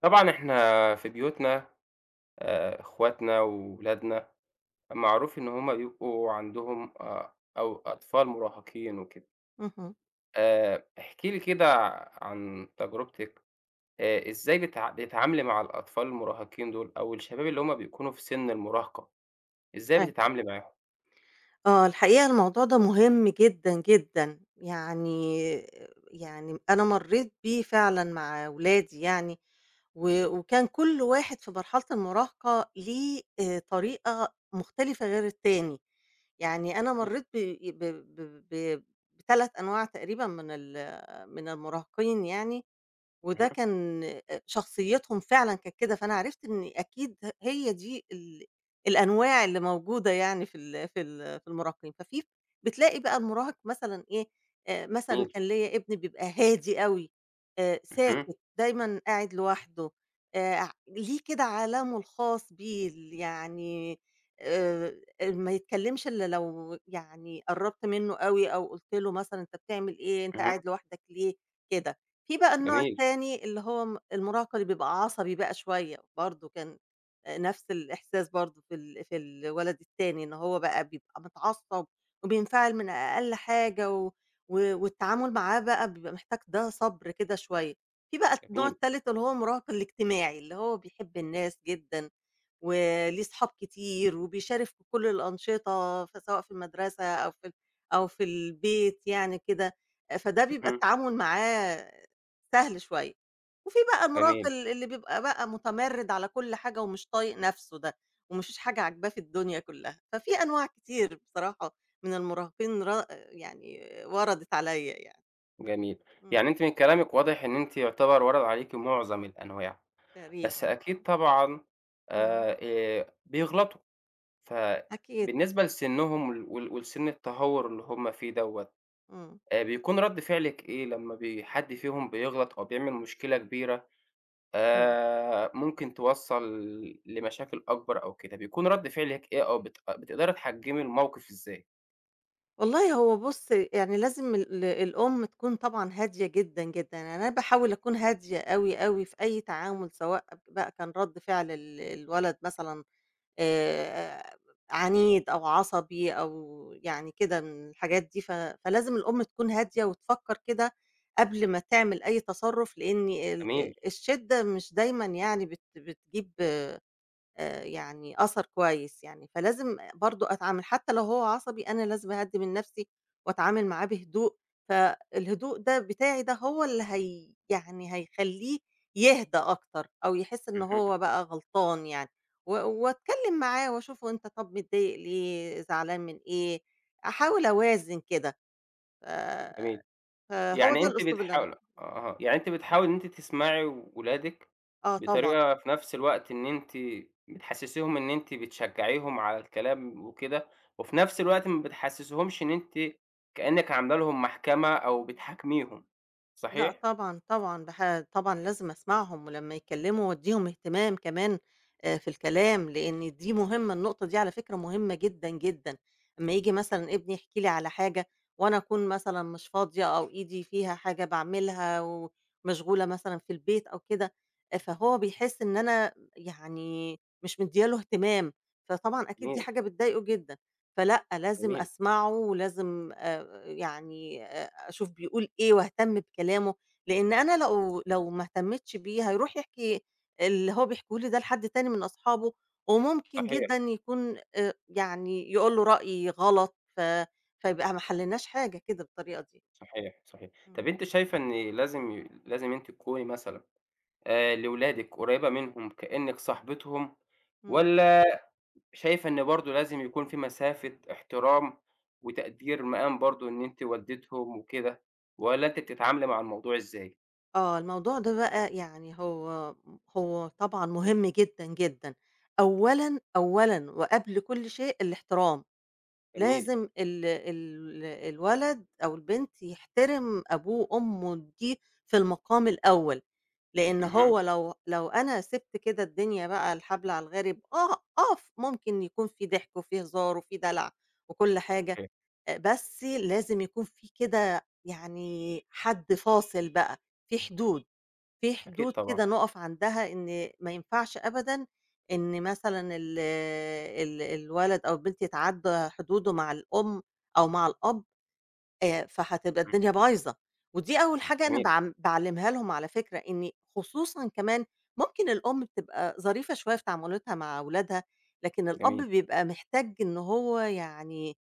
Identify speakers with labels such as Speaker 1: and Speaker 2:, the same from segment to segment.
Speaker 1: طبعًا إحنا في بيوتنا، إخواتنا وولادنا معروف إن هم بيبقوا عندهم، أو أطفال مراهقين وكده.
Speaker 2: اهم.
Speaker 1: احكِ لي كده عن تجربتِك، إزاي بتتعاملي مع الأطفال المراهقين دول أو الشباب اللي هم بيكونوا في سن المراهقة، إزاي
Speaker 2: أي
Speaker 1: بتتعاملي معاهم؟
Speaker 2: آه، الحقيقة الموضوع ده مهم جدًا، جدًا. يعني أنا مرّيت بيه فعلًا مع ولادي يعني، وكان كل واحد في مرحلة المراهقة ليه طريقة مختلفة غير التاني. يعني أنا
Speaker 1: جميل،
Speaker 2: مرّيت ب ب ب ب ب ب ب3 أنواع تقريبًا من من المراهقين يعني. وده
Speaker 1: اهم،
Speaker 2: كان شخصيتهم فعلًا كانت كده، فأنا عرفت إن أكيد هي دي الأنواع اللي موجودة يعني في ال في ال في المراهقين، ففي بتلاقي بقى المراهق مثلًا إيه، مثلًا
Speaker 1: جميل،
Speaker 2: كان ليّا ابني بيبقى هادي أوي،
Speaker 1: اهم،
Speaker 2: ساكت، دايمًا قاعد لوحده، ع ليه كده عالمه الخاص بيه يعني آآ ما يتكلمش إلا لو يعني قرّبت منه أوي أو قُلت له مثلًا أنت بتعمل إيه، أنت
Speaker 1: اهم،
Speaker 2: قاعد لوحدك ليه، كده. في بقى النوع
Speaker 1: جميل،
Speaker 2: التاني اللي هو المراهقة اللي بيبقى عصبي بقى شوية، برضه كان نفس الإحساس برضه في في الولد التاني، إن هو بقى بيبقى متعصب وبينفعل من أقل حاجة و و والتعامل معاه بقى بيبقى محتاج ده صبر كده شوية. في بقى النوع
Speaker 1: جميل،
Speaker 2: التالت اللي هو المراهق الاجتماعي، اللي هو بيحب الناس جدًا وليه صحاب كتير وبيشارك في كل الأنشطة، فسواء في المدرسة أو في أو في البيت يعني كده، فده بيبقى
Speaker 1: اهم،
Speaker 2: التعامل معاه سهل شوية. وفي بقى المراهق
Speaker 1: جميل،
Speaker 2: اللي بيبقى بقى متمرِّد على كل حاجة ومش طايق نَفْسه ده، وما فيش حاجة عاجباه في الدنيا كلّها. ففي أنواع كتير بصراحة من المراهقين يعني وردت عليّا يعني.
Speaker 1: جميل. يعني
Speaker 2: إمم،
Speaker 1: أنتِ من كلامِك واضح إن أنتِ يعتبر ورد عليكِ معظم الأنواع.
Speaker 2: تقريبًا
Speaker 1: بس أكيد
Speaker 2: آه.
Speaker 1: طبعًا،
Speaker 2: إمم،
Speaker 1: آآ، بيغلطوا،
Speaker 2: أكيد.
Speaker 1: فبالنسبة لسنّهم وال وال ولسن التهور اللي هُم فيه دوّة.
Speaker 2: إمم،
Speaker 1: بيكون رَد فعلِك إيه لمّا حد فيهم بيغلط أو بيعمل مشكلة كبيرة،
Speaker 2: إمم.
Speaker 1: ممكن توصّل لمشاكل أكبر أو كده، بيكون رَد فعلِك إيه، أو بتقدري تحجّمي الموقف إزاي؟
Speaker 2: والله هو بُص، يعني لازم الأم تكون طبعًا هادية جدًا، جدًا. يعني أنا باحاول أكون هادية أوي، أوي في أي تعامل، سواء بقى كان رَد فعل الولد مثلًا آآ عنيد أو عصبي أو يعني كده من الحاجات دي، فلازم الأم تكون هادية وتفكّر كده قبل ما تعمل أي تصرُّف، لإن ال
Speaker 1: جميل،
Speaker 2: الشِدّة مش دايمًا يعني بتجيب يعني أثر كويس يعني، فلازم برضه أتعامل حتى لو هو عصبي أنا لازم أهدّي من نَفْسي وأتعامل معاه بهدوء، فالهدوء ده بتاعي ده هو اللي هي يعني هيخلّيه يهدى أكتر أو يحس إن
Speaker 1: اهم،
Speaker 2: هو بقى غلطان يعني، و وأتكلّم معاه وأشوفه أنت طَب متضايق ليه، زعلان من إيه، أحاول أوازن كده، ف
Speaker 1: جميل.
Speaker 2: فهو
Speaker 1: يعني
Speaker 2: ده
Speaker 1: أنتِ
Speaker 2: الأسلوب اللي أنا
Speaker 1: بتحاولي إن أنتِ تسمعي ولادِك
Speaker 2: آه طبعًا،
Speaker 1: بطريقة، في نفس الوقت إن أنتِ بتحسسيهم إن أنتِ بتشجعيهم على الكلام وكده، وفي نفس
Speaker 2: آه.
Speaker 1: الوقت ما بتحسسيهمش إن أنتِ كأنِك عاملة لهم محكمة أو بتحاكميهم،
Speaker 2: لأ
Speaker 1: صحيح؟
Speaker 2: طبعًا، طبعًا باح طبعًا لازم أسمعهم، ولمّا يتكلموا أدّيهم اهتمام كمان في الكلام، لإن دي مهمة النقطة دي على فكرة مهمة جدًا، جدًا. أمّا ييجي مثلًا ابني يحكي لي على حاجة وأنا أكون مثلًا مش فاضية أو إيدي فيها حاجة باعملها ومشغولة مثلًا في البيت أو كده، فهو بيحس إن أنا يعني مش مديّة له اهتمام، فطبعًا أكيد دي
Speaker 1: جميل،
Speaker 2: حاجة بتضايقه جدًا. فلأ، لازم
Speaker 1: جميل،
Speaker 2: أسمعه ولازم أشوف بيقول إيه وأهتم بكلامه، لإن أنا لو ما اهتمتش بيه هيروح يحكي اللي هو بيحكيه لي ده لحد تاني من أصحابه، وممكن جدًا
Speaker 1: صحيح،
Speaker 2: يكون يعني يقول له رأي غلط فيبقى ما حلّيناش حاجة كده بالطريقة دي.
Speaker 1: صحيح، صحيح.
Speaker 2: إمم،
Speaker 1: طب أنتِ شايفة إن لازم لازم أنتِ تكوني مثلًا لولادِك قريبة منهم كأنِك صاحبتهم،
Speaker 2: إمم.
Speaker 1: والّا شايفة إن برضه لازم يكون في مسافة احترام وتقدير مقام برضه إن أنتِ والدتهم وكده، والّا أنتِ بتتعاملي مع الموضوع إزاي؟
Speaker 2: آه، الموضوع ده بقى يعني هو طبعًا مهم جدًا، جدًا. أولًا وقبل كل شيء الاحترام.
Speaker 1: جميل،
Speaker 2: لازم ال ال الولد أو البنت يحترم أبوه وأمه دي في المقام الأول، لإن
Speaker 1: اهم،
Speaker 2: هو لو أنا سِبت كده الدنيا بقى الحبل على الغارب آه، آه، ممكن يكون في ضحك وفي هزار وفي دلع وكل حاجة،
Speaker 1: أوكي،
Speaker 2: بس لازم يكون في كده يعني حد فاصل بقى، في حدود. في
Speaker 1: أكيد
Speaker 2: حدود
Speaker 1: طبعًا،
Speaker 2: كده نُقف عندها إن ما ينفعش أبدًا إن مثلًا ال ال الولد أو البنت يتعدّى حدوده مع الأم أو مع الأب فهتبقى
Speaker 1: إمم،
Speaker 2: الدنيا بايظة، ودي أول حاجة أنا
Speaker 1: جميل،
Speaker 2: باعلّمها لهم على فكرة، إني خصوصًا كمان ممكن الأم بتبقى ظريفة شوية في تعاملاتها مع ولادها، لكن الأب
Speaker 1: جميل،
Speaker 2: بيبقى محتاج إن هو يعني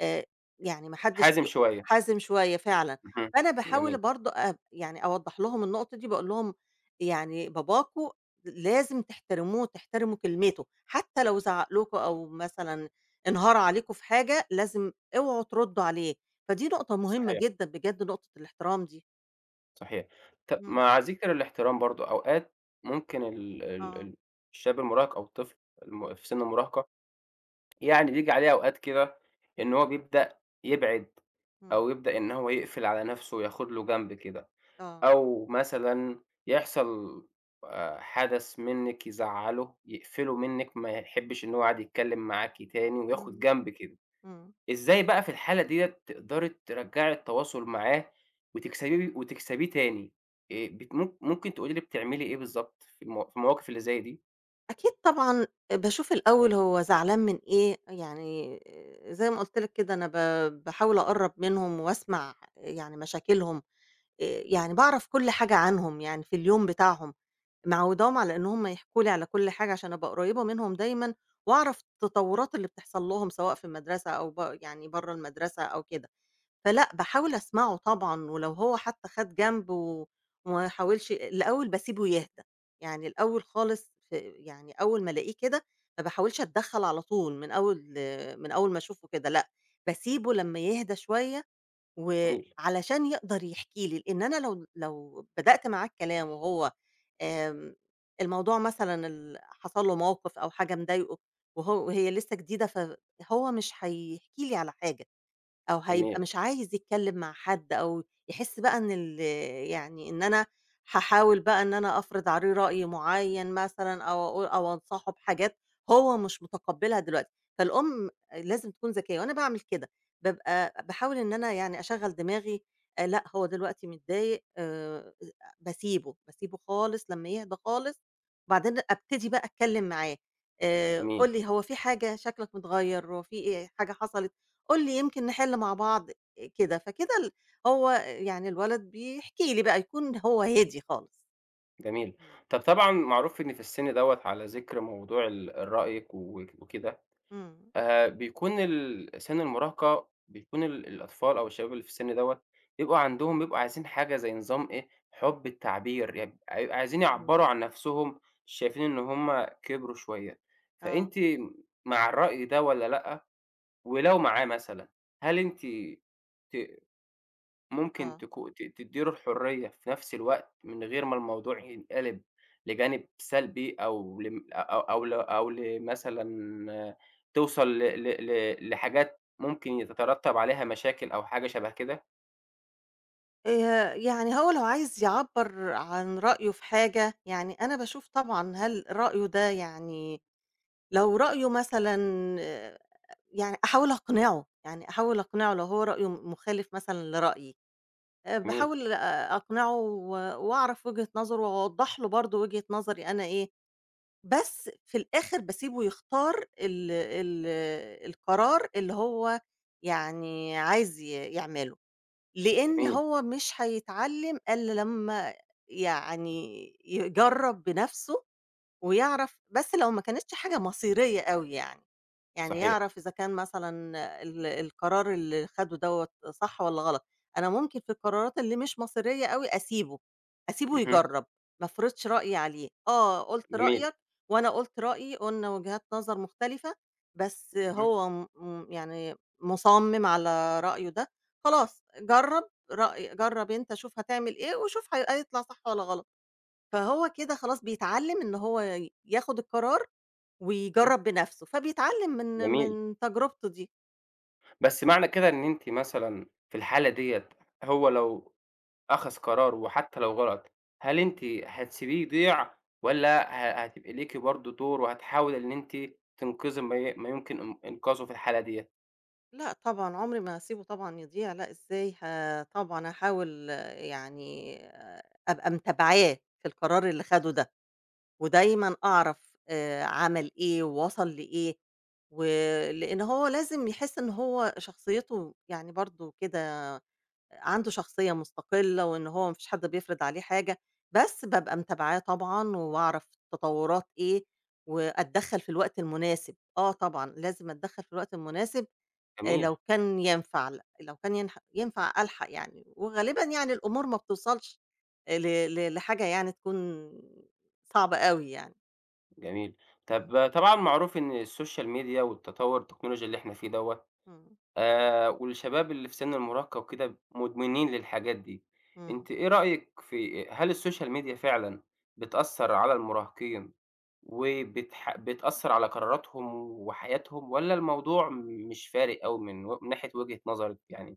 Speaker 2: آآ، يعني ما حدش
Speaker 1: حازم
Speaker 2: ي
Speaker 1: شوية،
Speaker 2: حازم شوية فعلًا،
Speaker 1: اهم،
Speaker 2: فأنا
Speaker 1: جميل،
Speaker 2: باحاول برضه يعني أوضّح لهم النقطة دي، باقول لهم يعني باباكم لازم تحترموه، تحترموا كلمته، حتى لو زعق لكم أو مثلًا انهار عليكم في حاجة، لازم اوعوا تردوا عليه، فدي نقطة مهمة
Speaker 1: صحيح،
Speaker 2: جدًا بجد نقطة الاحترام دي.
Speaker 1: صحيح.
Speaker 2: إمم،
Speaker 1: مع ذكر الاحترام برضه أوقات ممكن ال ال
Speaker 2: آه،
Speaker 1: ال الشاب المراهق أو الطفل، في سن المراهقة، يعني بييجي عليه أوقات كده إن هو بيبدأ يبعد،
Speaker 2: إمم،
Speaker 1: أو يبدأ إن هو يقفل على نَفْسه وياخد له جنب كده.
Speaker 2: آه،
Speaker 1: أو مثلًا يحصل حدث منِّك يزعّله، يقفله منِّك، ما يحبّش إن هو يقعد يتكلّم معاكِ تاني وياخد
Speaker 2: إمم،
Speaker 1: جنب كده.
Speaker 2: إمم.
Speaker 1: إزاي بقى في الحالة ديّة تقدري ترجّعي التواصل معاه، وتكسبيه وتكسبيه تاني؟ بت مم ممكن تقولي لي بتعملي إيه بالضبط في المواقف اللي زي دي؟
Speaker 2: أكيد طبعًا باشوف الأول هو زعلان من إيه، يعني زي ما قُلت لك كده أنا باحاول أقرّب منهم وأسمع يعني مشاكلهم، يعني باعرف كل حاجة عنهم يعني في اليوم بتاعهم، معوّداهم على إن هم يحكوا لي على كل حاجة عشان أبقى قريّبة منهم دايمًا وأعرف التطورات اللي بتحصل لهم سواء في المدرسة أو يعني برّه المدرسة أو كده. فلأ، باحاول أسمعه طبعًا، ولو هو حتى خَد جنب و وما حاولش الأول باسيبه يهدى، يعني الأول خالص يعني أول ما ألاقيه كده، ما باحاولش أتدخّل على طول من أول ما أشوفه كده لأ، باسيبه لمّا يهدى شوية،
Speaker 1: جميل،
Speaker 2: وعلشان يقدر يحكي لي، لإن أنا لو بدأت معاه الكلام وهو آمم، الموضوع مثلًا حصل له موقف أو حاجة مضايقه وهي لسه جديدة، فهو مش هيحكي لي على حاجة، أو هيبقى
Speaker 1: جميل،
Speaker 2: مش عايز يتكلّم مع حد أو يحس بقى إن يعني إن أنا هاحاول بقى إن أنا أفرض عليه رأي معيّن مثلًا أو أقول أو أنصحه بحاجات هو مش متقبّلها دلوقتي، فالأم لازم تكون ذكية وأنا باعمل كده، بابقى باحاول إن أنا يعني أشغّل دماغي لأ، هو دلوقتي متضايق باسيبه، باسيبه خالص لمّا يهدى خالص وبعدين أبتدي بقى أتكلّم معاه،
Speaker 1: جميل،
Speaker 2: قُل لي هو في حاجة شكلك متغيّر، هو في إيه حاجة حصلت؟ قُل لي يمكن نحِل مع بعض كده، فكده هو يعني الولد بيحكي لي بقى، يكون هو هادي خالص.
Speaker 1: جميل.
Speaker 2: إمم.
Speaker 1: طَب طبعًا معروف إن في السِن دوّة، على ذِكر موضوع الرأيِك وكده،
Speaker 2: إمم.
Speaker 1: بيكون سِن المراهقة، بيكون الأطفال أو الشباب اللي في السِن دوّة بيبقوا عايزين حاجة زي نظام إيه، حُب التعبير، يب عاي عايزين
Speaker 2: إمم.
Speaker 1: يعبّروا عن نَفْسهم، شايفين إن هم كبروا شوية،
Speaker 2: آه،
Speaker 1: فأنتِ مع الرأي ده والّا لأ؟ ولو معاه مثلًا، هل أنتِ ت ممكن
Speaker 2: آه.
Speaker 1: تكو ت تدّيله الحرية في نفس الوقت، من غير ما الموضوع ينقلب لجانب سلبي، أو لم أ أو أو ل أو لمثلًا توصل ل ل ل لحاجات ممكن يتترتب عليها مشاكل أو حاجة شبه كده؟
Speaker 2: يعني هو لو عايز يعبّر عن رأيه في حاجة، يعني أنا باشوف طبعًا هل رأيه ده يعني لو رأيه مثلًا آه، يعني أحاول أقنعه، يعني أحاول أقنعه لو هو رأيه مخالف مثلًا لرأيي،
Speaker 1: جميل،
Speaker 2: باحاول أقنعه وأعرف وجهة نظره وأوضّح له برضه وجهة نظري أنا إيه، بس في الآخر باسيبه يختار ال ال القرار اللي هو يعني عايز يعمله، لإن
Speaker 1: جميل،
Speaker 2: هو مش هيتعلم إلا لمّا يعني يجرّب بنفسه ويعرف بس لو ما كانتش حاجة مصيرية أوي يعني. يعني
Speaker 1: صحيح،
Speaker 2: يعرف إذا كان مثلًا القرار اللي خده دوّة صح والّا غلط. أنا ممكن في القرارات اللي مش مصيرية أوي أسيبه، أسيبه
Speaker 1: اهم،
Speaker 2: يجرّب، ما أفرضش رأيي عليه. آه، قُلت
Speaker 1: جميل،
Speaker 2: رأيك وأنا قُلت رأيي، قُلنا وجهات نظر مختلفة، بس
Speaker 1: اهم،
Speaker 2: هو م م يعني مُصمِّم على رأيه ده، خلاص جرّب جرّب أنت شوف هتعمل إيه وشوف هيطلع صح والّا غلط. فهو كده خلاص بيتعلّم إن هو ياخد القرار
Speaker 1: اهم،
Speaker 2: ويجرّب بنَفْسه، فبيتعلّم من
Speaker 1: جميل.
Speaker 2: من تجربته دي.
Speaker 1: بس معنى كده إن أنتِ مثلًا في الحالة ديّة، هو لو أخَذ قرار وحتى لو غلط، هل
Speaker 2: إمم.
Speaker 1: أنتِ هتسيبيه يضيع، والّا هتبقى ليكِ برضه دور وهتحاولي إن أنتِ تنقذي ما يمكن إنقاذه في الحالة ديّة؟
Speaker 2: لأ طبعًا، عُمري ما هاسيبه طبعًا يضيع، لأ إزاي طبعًا هاحاول يعني آه، أبقى متابعاه في القرار اللي خَده ده، ودايمًا أعرف عمل إيه ووصل لإيه، و لإن هو لازم يحِس إن هو شخصيته يعني برضه كده عنده شخصية مستقلة، وإن هو ما فيش حد بيفرض عليه حاجة، بس بابقى متابعاه طبعًا، وباعرف تطورات إيه، وأتدخّل في الوقت المناسب، آه طبعًا لازم أتدخّل في الوقت المناسب
Speaker 1: جميل،
Speaker 2: لو كان ينفع لو كان ينفع ألحق يعني، وغالبًا يعني الأمور ما بتوصلش ل ل لحاجة يعني تكون صعبة أوي يعني.
Speaker 1: جميل.
Speaker 2: إمم،
Speaker 1: طب طبعًا معروف إن السوشيال ميديا والتطوّر التكنولوجي اللي إحنا فيه دوّة،
Speaker 2: إمم،
Speaker 1: والشباب اللي في سِن المراهقة وكده مدمنين للحاجات دي،
Speaker 2: إمم.
Speaker 1: أنتِ إيه رأيِك، في هل السوشيال ميديا فعلًا بتأثّر على المراهقين، بتأثّر على قراراتهم وحياتهم، والّا الموضوع مش فارق أوي، من من ناحية وجهة نظرِك يعني؟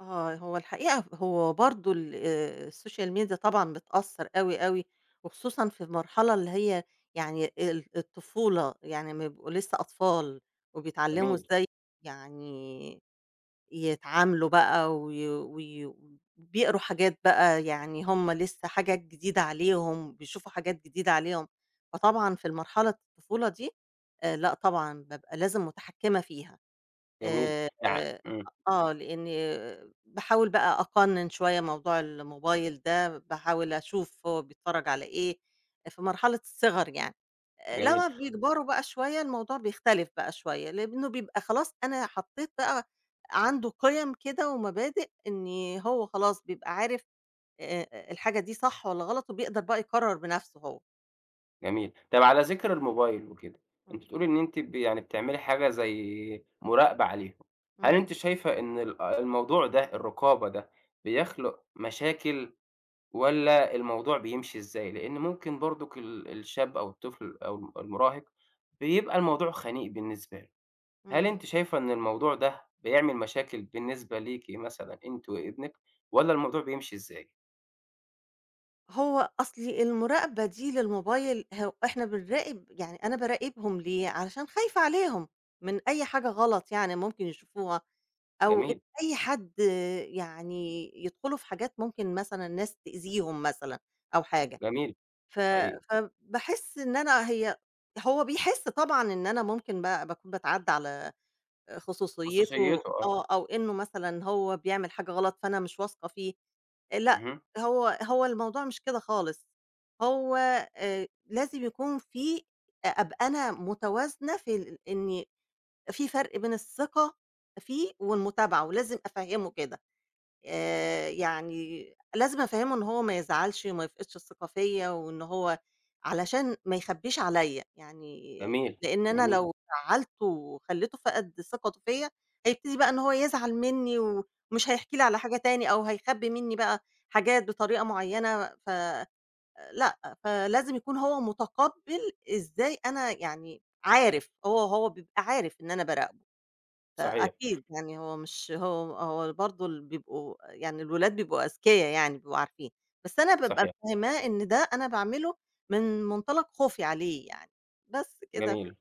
Speaker 2: آه، هو الحقيقة هو برضه ال السوشيال ميديا طبعًا بتأثّر أوي، أوي، وخصوصًا في المرحلة اللي هي يعني الطفولة، يعني لمّا بيبقوا لسه أطفال وبيتعلّموا
Speaker 1: جميل،
Speaker 2: إزاي يعني يتعاملوا بقى وي وي بيقروا حاجات بقى يعني هم لسه حاجات جديدة عليهم، بيشوفوا حاجات جديدة عليهم، فطبعًا في المرحلة الطفولة دي لأ طبعًا بابقى لازم متحكّمة فيها.
Speaker 1: جميل.
Speaker 2: آآ
Speaker 1: يع
Speaker 2: آه،
Speaker 1: إمم.
Speaker 2: آه، لإني باحاول بقى أقنّن شوية موضوع الموبايل ده، باحاول أشوف هو بيتفرّج على إيه، في مرحلة الصِغَر يعني، آه،
Speaker 1: جميل،
Speaker 2: لمّا بيكبروا بقى شوية الموضوع بيختلف بقى شوية، لإنه بيبقى خلاص أنا حطّيت بقى عنده قِيَم كده ومبادئ إن هو خلاص بيبقى عارف الحاجة دي صح والّا غلط وبيقدر بقى يقرّر بنَفْسه هو.
Speaker 1: جميل. طَب على ذِكر الموبايل وكده، أنتِ
Speaker 2: إمم،
Speaker 1: بتقولي إن أنتِ يعني بتعملي حاجة زي مراقبة عليهم. هل أنتِ
Speaker 2: إمم،
Speaker 1: شايفة إن الموضوع ده، الرقابة ده، بيخلق مشاكل، والّا الموضوع بيمشي إزاي؟ لإن ممكن برضُك الشاب أو الطفل أو المراهق بيبقى الموضوع خنيق بالنسبة له. هل أنتِ
Speaker 2: إمم.
Speaker 1: شايفة إن الموضوع ده بيعمل مشاكل بالنسبة ليكِ، مثلًا أنتِ وابنِك، والّا الموضوع بيمشي إزاي؟
Speaker 2: هو أصل المراقبة دي للموبايل هو إحنا بنراقب يعني أنا باراقبهم ليه، علشان خايفة عليهم من أي حاجة غلط يعني ممكن يشوفوها، أو إن
Speaker 1: جميل،
Speaker 2: أي حد يعني يدخلوا في حاجات ممكن مثلًا ناس تأذيهم مثلًا أو حاجة،
Speaker 1: جميل
Speaker 2: ف
Speaker 1: حقيقي،
Speaker 2: فباحس إن أنا هو بيحس طبعًا إن أنا ممكن باكون باتعدى على خصوصيته
Speaker 1: خصوصيته آه،
Speaker 2: آه، أو إنه مثلًا هو بيعمل حاجة غلط فأنا مش واثقة فيه، لأ،
Speaker 1: اهم،
Speaker 2: هو الموضوع مش كده خالص، هو لازم يكون في أبقى أنا متوازنة في إن في فرق بين الثقة فيه والمتابعة، ولازم أفهّمه كده. يعني لازم أفهّمه إن هو ما يزعلش وما يفقدش الثقة فيّا، وإن هو علشان ما يخبّيش عليّا، يعني
Speaker 1: جميل،
Speaker 2: لإن أنا
Speaker 1: جميل،
Speaker 2: لو زعّلته وخلّيته فقد ثقته فيّا، هيبتدي بقى إن هو يزعل منّي ومش هيحكي لي على حاجة تاني أو هيخبّي منّي بقى حاجات بطريقة معيّنة لأ، فلازم يكون هو متقبّل إزاي أنا يعني عارف، هو بيبقى عارف إن أنا باراقبه.
Speaker 1: صحيح،
Speaker 2: فأكيد يعني هو مش هو برضه بيبقوا يعني الولاد بيبقوا أذكيا يعني بيبقوا عارفين، بس أنا بابقى
Speaker 1: صحيح،
Speaker 2: فاهماه إن ده أنا باعمله من منطلق خوفي عليه يعني، بس كده.
Speaker 1: جميل.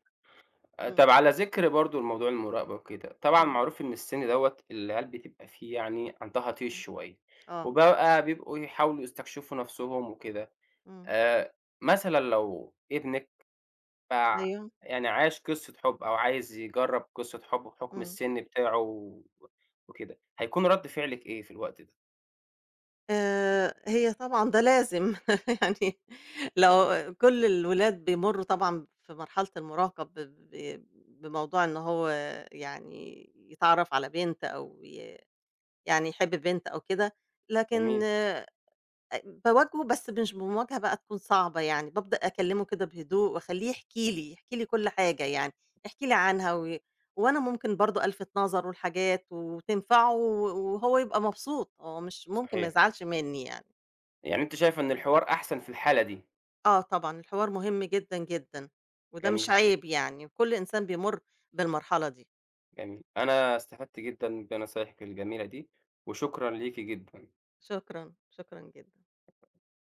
Speaker 2: إمم،
Speaker 1: طَب على ذكر برضه الموضوع المراقبة وكده، طبعًا
Speaker 2: إمم،
Speaker 1: معروف إن السن دوّة العيال بتبقى فيه يعني عندها طيش
Speaker 2: إمم،
Speaker 1: شوية،
Speaker 2: آه،
Speaker 1: وبقى بيبقوا يحاولوا يستكشفوا نفسهم وكده.
Speaker 2: إمم،
Speaker 1: آآ، مثلًا لو ابنِك ف
Speaker 2: أيوه،
Speaker 1: يعني عاش قصة حُب أو عايز يجرّب قصة حُب بحُكم
Speaker 2: إمم.
Speaker 1: السِن بتاعه وكده، هيكون رَد فعلِك إيه في الوقت ده؟
Speaker 2: هي طبعًا ده لازم يعني لو كل الولاد بيمرّوا طبعًا في مرحلة المراهقة ب ب بموضوع إن هو يعني يتعرّف على بنت أو يعني يحب بنت أو كده، لكن
Speaker 1: جميل،
Speaker 2: باواجهه بس مش بمواجهة بقى تكون صعبة يعني، بابدأ أكلمه كده بهدوء وأخليه يحكي لي، يحكي لي كل حاجة يعني، يحكي لي عنها وأنا ممكن برضه ألفت نظره لحاجات وتنفعه وهو يبقى مبسوط، هو مش ممكن ما
Speaker 1: صحيح.
Speaker 2: يزعلش مني يعني.
Speaker 1: يعني أنتِ شايفة إن الحوار أحسن في الحالة دي،
Speaker 2: آه طبعًا الحوار مهم جدًا، جدًا، وده مش
Speaker 1: جميل،
Speaker 2: عيب يعني، وكل إنسان بيمُر بالمرحلة دي.
Speaker 1: جميل. أنا استفدت جدًا بنصايحِك الجميلة دي، وشكرًا ليكِ جدًا.
Speaker 2: شكرًا، شكرًا جدًا.